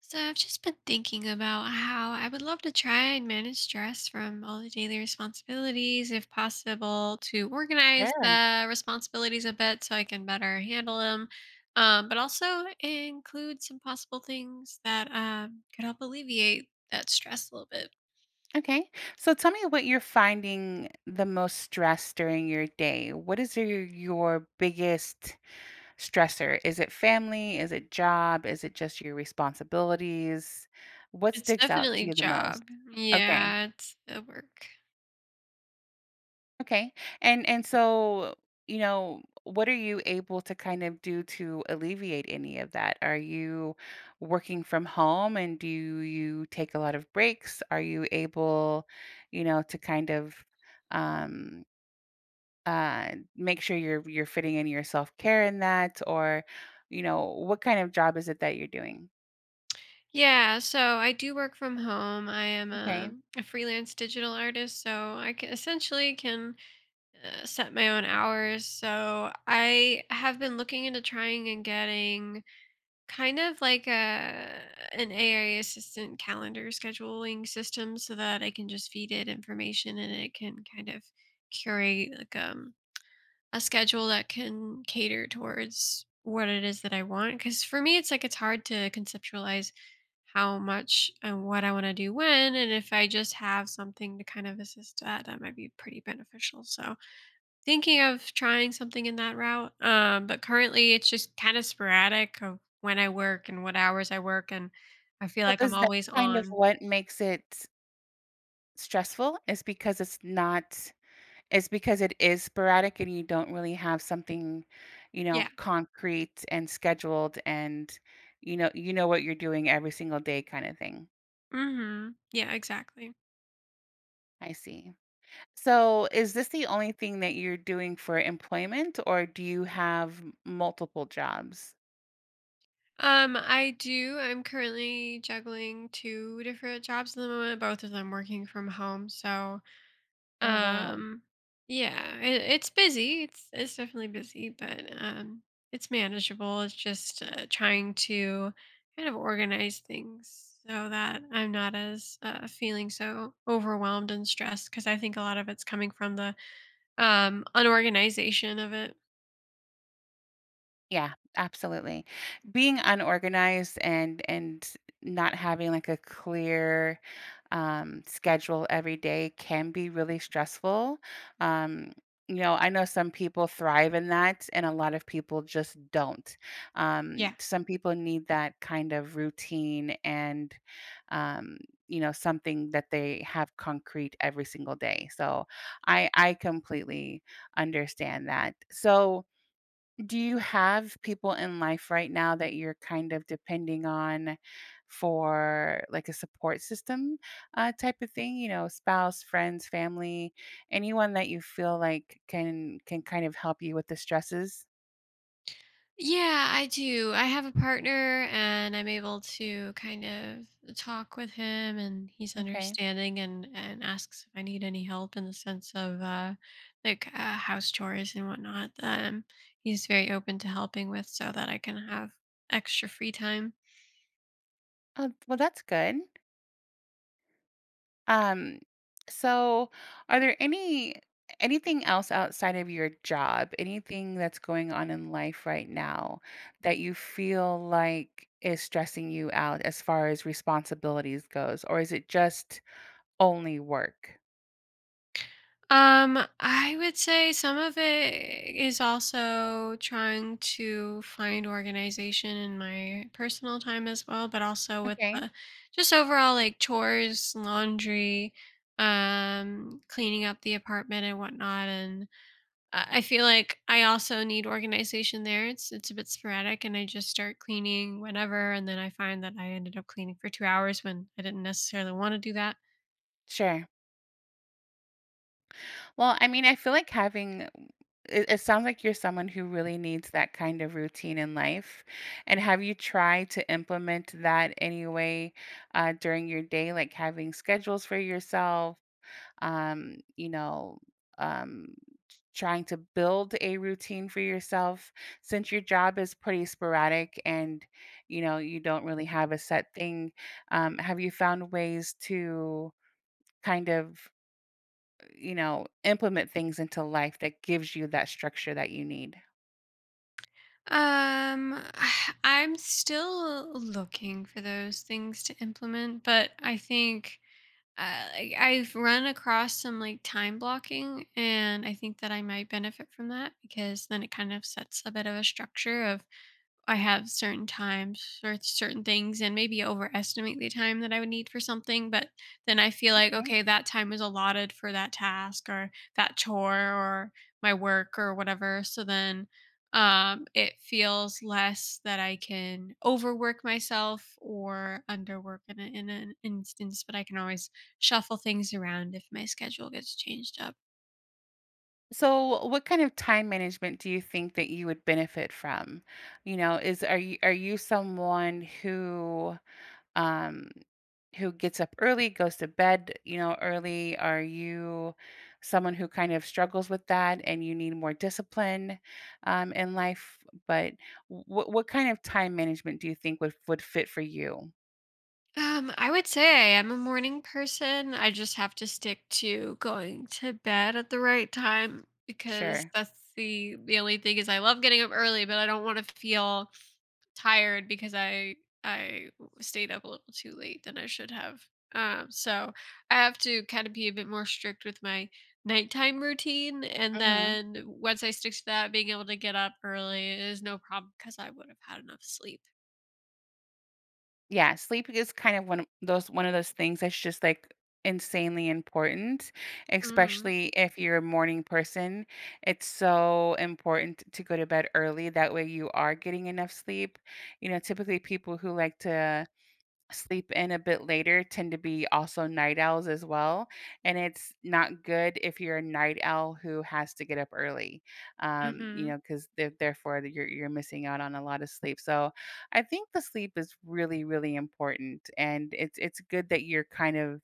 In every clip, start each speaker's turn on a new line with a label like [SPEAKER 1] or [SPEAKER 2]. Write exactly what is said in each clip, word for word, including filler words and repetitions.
[SPEAKER 1] So I've just been thinking about how I would love to try and manage stress from all the daily responsibilities, if possible, to organize
[SPEAKER 2] Sure.
[SPEAKER 1] the responsibilities a bit so I can better handle them. Um, but also include some possible things that um, could help alleviate that stress a little bit.
[SPEAKER 2] Okay. So tell me what you're finding the most stress during your day. What is your, your biggest stressor? Is it family? Is it job? Is it just your responsibilities? What
[SPEAKER 1] It's
[SPEAKER 2] sticks out
[SPEAKER 1] definitely
[SPEAKER 2] to
[SPEAKER 1] a
[SPEAKER 2] you the most?
[SPEAKER 1] job.
[SPEAKER 2] Okay.
[SPEAKER 1] Yeah, it's the work.
[SPEAKER 2] Okay. And and so, you know, what are you able to kind of do to alleviate any of that? Are you working from home and do you take a lot of breaks? Are you able, you know, to kind of um uh make sure you're you're fitting in your self-care in that or you know, what kind of job is it that you're doing?
[SPEAKER 1] Yeah, so I do work from home. I am
[SPEAKER 2] Okay.
[SPEAKER 1] a, a freelance digital artist, so I ca- essentially can uh, set my own hours. So I have been looking into trying and getting kind of like a an A I assistant calendar scheduling system so that I can just feed it information and it can kind of curate like um a schedule that can cater towards what it is that I want cuz for me it's like it's hard to conceptualize how much and what I want to do when, and if I just have something to kind of assist that that might be pretty beneficial. So thinking of trying something in that route, um, but currently it's just kind of sporadic of when I work and what hours I work, and I feel
[SPEAKER 2] So
[SPEAKER 1] like I'm
[SPEAKER 2] is that
[SPEAKER 1] always
[SPEAKER 2] kind of
[SPEAKER 1] on.
[SPEAKER 2] what makes it stressful is because it's not. It's because it is sporadic and you don't really have something, you know,
[SPEAKER 1] Yeah.
[SPEAKER 2] concrete and scheduled and you know you know what you're doing every single day kind of thing.
[SPEAKER 1] Hmm. Yeah, exactly.
[SPEAKER 2] I see. So is this the only thing that you're doing for employment or do you have m- multiple jobs?
[SPEAKER 1] Um, I do. I'm currently juggling two different jobs at the moment, both of them working from home. So
[SPEAKER 2] Oh wow.
[SPEAKER 1] Um, yeah, it, it's busy. It's it's definitely busy, but um, it's manageable. It's just uh, trying to kind of organize things so that I'm not as uh, feeling so overwhelmed and stressed because I think a lot of it's coming from the um unorganization of it.
[SPEAKER 2] Yeah, absolutely. Being unorganized and and not having like a clear um, schedule every day can be really stressful. Um, you know, I know some people thrive in that, and a lot of people just don't. Um,
[SPEAKER 1] Yeah.
[SPEAKER 2] some people need that kind of routine and, um, you know, something that they have concrete every single day. So I I completely understand that. So do you have people in life right now that you're kind of depending on for like a support system uh, type of thing? You know, spouse, friends, family, anyone that you feel like can can kind of help you with the stresses?
[SPEAKER 1] Yeah, I do. I have a partner and I'm able to kind of talk with him, and he's
[SPEAKER 2] Okay.
[SPEAKER 1] understanding and and asks if I need any help in the sense of uh like uh, house chores and whatnot. Um, he's very open to helping with so that I can have extra free time.
[SPEAKER 2] Oh, well, that's good. Um, so are there any anything else outside of your job, anything that's going on in life right now that you feel like is stressing you out as far as responsibilities goes, or is it just only work?
[SPEAKER 1] Um, I would say some of it is also trying to find organization in my personal time as well, but also with
[SPEAKER 2] Okay,
[SPEAKER 1] the just overall like chores, laundry, um, cleaning up the apartment and whatnot. And uh, I feel like I also need organization there. It's it's a bit sporadic, and I just start cleaning whenever, and then I find that I ended up cleaning for two hours when I didn't necessarily want to do that.
[SPEAKER 2] sure. Well, I mean, I feel like having it, it sounds like you're someone who really needs that kind of routine in life. And have you tried to implement that anyway uh, during your day, like having schedules for yourself, um, you know, um, trying to build a routine for yourself since your job is pretty sporadic and, you know, you don't really have a set thing? Um, have you found ways to kind of you know, implement things into life that gives you that structure that you need.
[SPEAKER 1] Um, I'm still looking for those things to implement, but I think uh, like, I've run across some like time blocking, and I think that I might benefit from that because then it kind of sets a bit of a structure of I have certain times or certain things and maybe overestimate the time that I would need for something. But then I feel like,
[SPEAKER 2] Okay.
[SPEAKER 1] okay, that time was allotted for that task or that chore or my work or whatever. So then um, it feels less that I can overwork myself or underwork in, a, in an instance, but I can always shuffle things around if my schedule gets changed up.
[SPEAKER 2] So what kind of time management do you think that you would benefit from? You know, is are you are you someone who um who gets up early, goes to bed, you know, early? Are you someone who kind of struggles with that and you need more discipline um, in life? But what what kind of time management do you think would would fit for you?
[SPEAKER 1] Um, I would say I am a morning person. I just have to stick to going to bed at the right time, because
[SPEAKER 2] Sure.
[SPEAKER 1] that's the the only thing is I love getting up early, but I don't want to feel tired because I I stayed up a little too late than I should have. Um, so I have to kind of be a bit more strict with my nighttime routine, and then once I stick to that, being able to get up early is no problem because I would have had enough sleep.
[SPEAKER 2] Yeah, sleep is kind of one of those one of those things that's just like insanely important,
[SPEAKER 1] Mm.
[SPEAKER 2] especially if you're a morning person. It's so important to go to bed early. That way you are getting enough sleep. You know, typically people who like to sleep in a bit later tend to be also night owls as well. And it's not good if you're a night owl who has to get up early, um, you
[SPEAKER 1] Hmm.
[SPEAKER 2] know, because therefore that you're, you're missing out on a lot of sleep. So I think the sleep is really, really important. And it's, it's good that you're kind of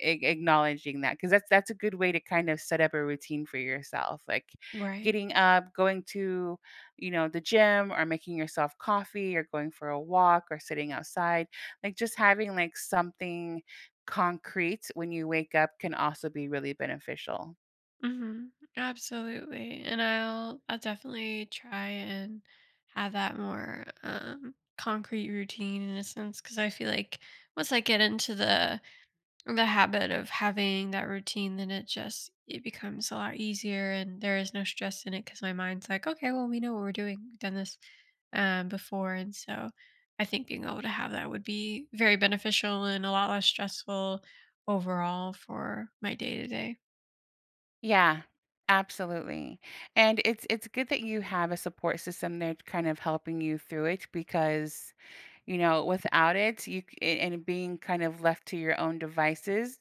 [SPEAKER 2] a- acknowledging that because that's that's a good way to kind of set up a routine for yourself like
[SPEAKER 1] Right.
[SPEAKER 2] getting up going to you know the gym or making yourself coffee or going for a walk or sitting outside like just having like something concrete when you wake up can also be really beneficial.
[SPEAKER 1] Mhm. Absolutely. And I'll I'll definitely try and have that more um concrete routine in a sense, because I feel like once I get into the the habit of having that routine, then it just it becomes a lot easier, and there is no stress in it because my mind's like, okay, well we know what we're doing. We've done this um before. And so I think being able to have that would be very beneficial and a lot less stressful overall for my day to day.
[SPEAKER 2] Yeah, absolutely. And it's it's good that you have a support system there kind of helping you through it because, you know, without it, you c- a- and being kind of left to your own devices,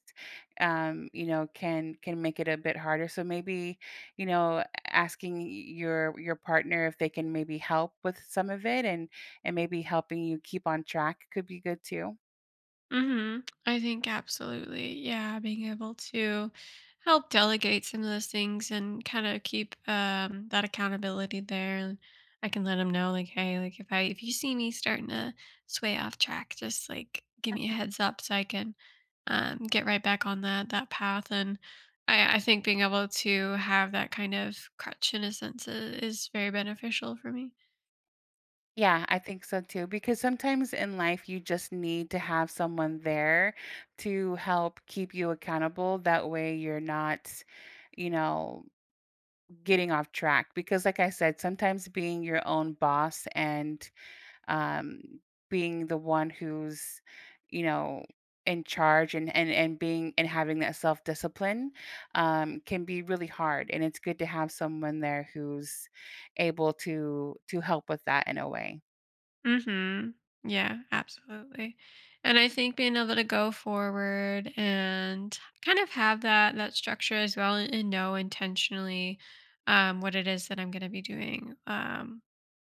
[SPEAKER 2] um, you know, can can make it a bit harder. So maybe, you know, asking your your partner if they can maybe help with some of it and and maybe helping you keep on track could be good too.
[SPEAKER 1] Mm-hmm. I think absolutely. Yeah, being able to help delegate some of those things and kind of keep um, that accountability there, and I can let them know, like, hey, like if I if you see me starting to sway off track, just like give me a heads up so I can um, get right back on that that path. And I I think being able to have that kind of crutch in a sense i- is very beneficial for me.
[SPEAKER 2] Yeah, I think so too. Because sometimes in life, you just need to have someone there to help keep you accountable. That way, you're not, you know, getting off track. Because, like I said, sometimes being your own boss and um, being the one who's, you know, in charge and and and being and having that self discipline um, can be really hard. And it's good to have someone there who's able to to help with that in a way.
[SPEAKER 1] Mhm. Yeah, absolutely. And I think being able to go forward and kind of have that that structure as well, and, and know intentionally um what it is that I'm going to be doing, um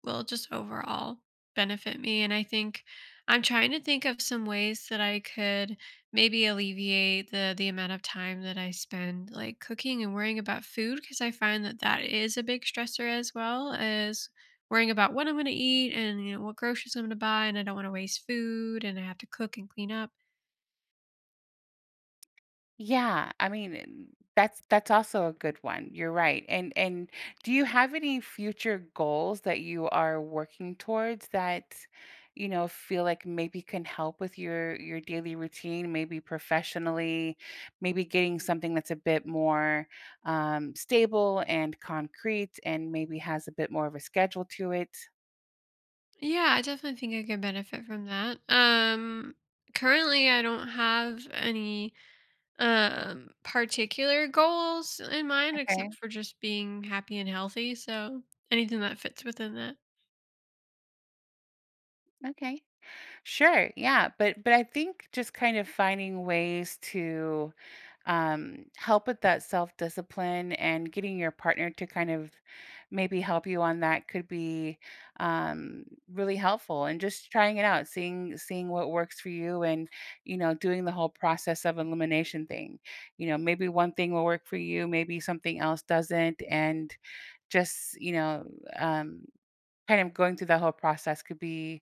[SPEAKER 1] will just overall benefit me. And I think I'm trying to think of some ways that I could maybe alleviate the the amount of time that I spend like cooking and worrying about food, because I find that that is a big stressor, as well as worrying about what I'm going to eat and you know what groceries I'm going to buy, and I don't want to waste food, and I have to cook and clean up.
[SPEAKER 2] Yeah, I mean, that's that's also a good one. You're right. And and do you have any future goals that you are working towards that, you know, feel like maybe can help with your your daily routine, maybe professionally, maybe getting something that's a bit more um, stable and concrete and maybe has a bit more of a schedule to it?
[SPEAKER 1] Yeah, I definitely think I could benefit from that. Um currently I don't have any um particular goals in mind
[SPEAKER 2] Okay.
[SPEAKER 1] except for just being happy and healthy, so anything that fits within that.
[SPEAKER 2] Okay. Sure. Yeah, but but I think just kind of finding ways to um, help with that self discipline and getting your partner to kind of maybe help you on that could be um, really helpful and just trying it out seeing seeing what works for you and you know doing the whole process of elimination thing you know maybe one thing will work for you maybe something else doesn't and just you know um, kind of going through the whole process could be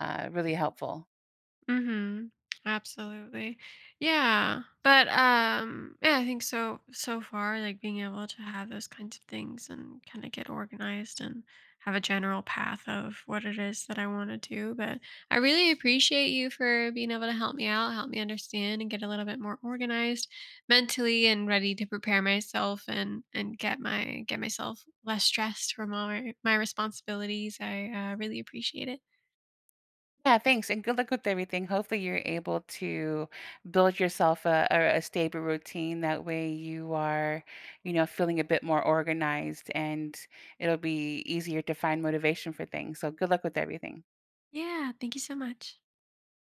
[SPEAKER 2] uh, really helpful.
[SPEAKER 1] Mhm. Absolutely. Yeah. But um yeah, I think so so far like being able to have those kinds of things and kind of get organized and have a general path of what it is that I want to do. But I really appreciate you for being able to help me out, help me understand and get a little bit more organized mentally and ready to prepare myself and and get my get myself less stressed from all my, my responsibilities. I uh, really appreciate it.
[SPEAKER 2] Yeah, thanks, and good luck with everything. Hopefully, you're able to build yourself a, a, a stable routine. That way, you are, you know, feeling a bit more organized, and it'll be easier to find motivation for things. So, good luck with everything.
[SPEAKER 1] Yeah, thank you so much.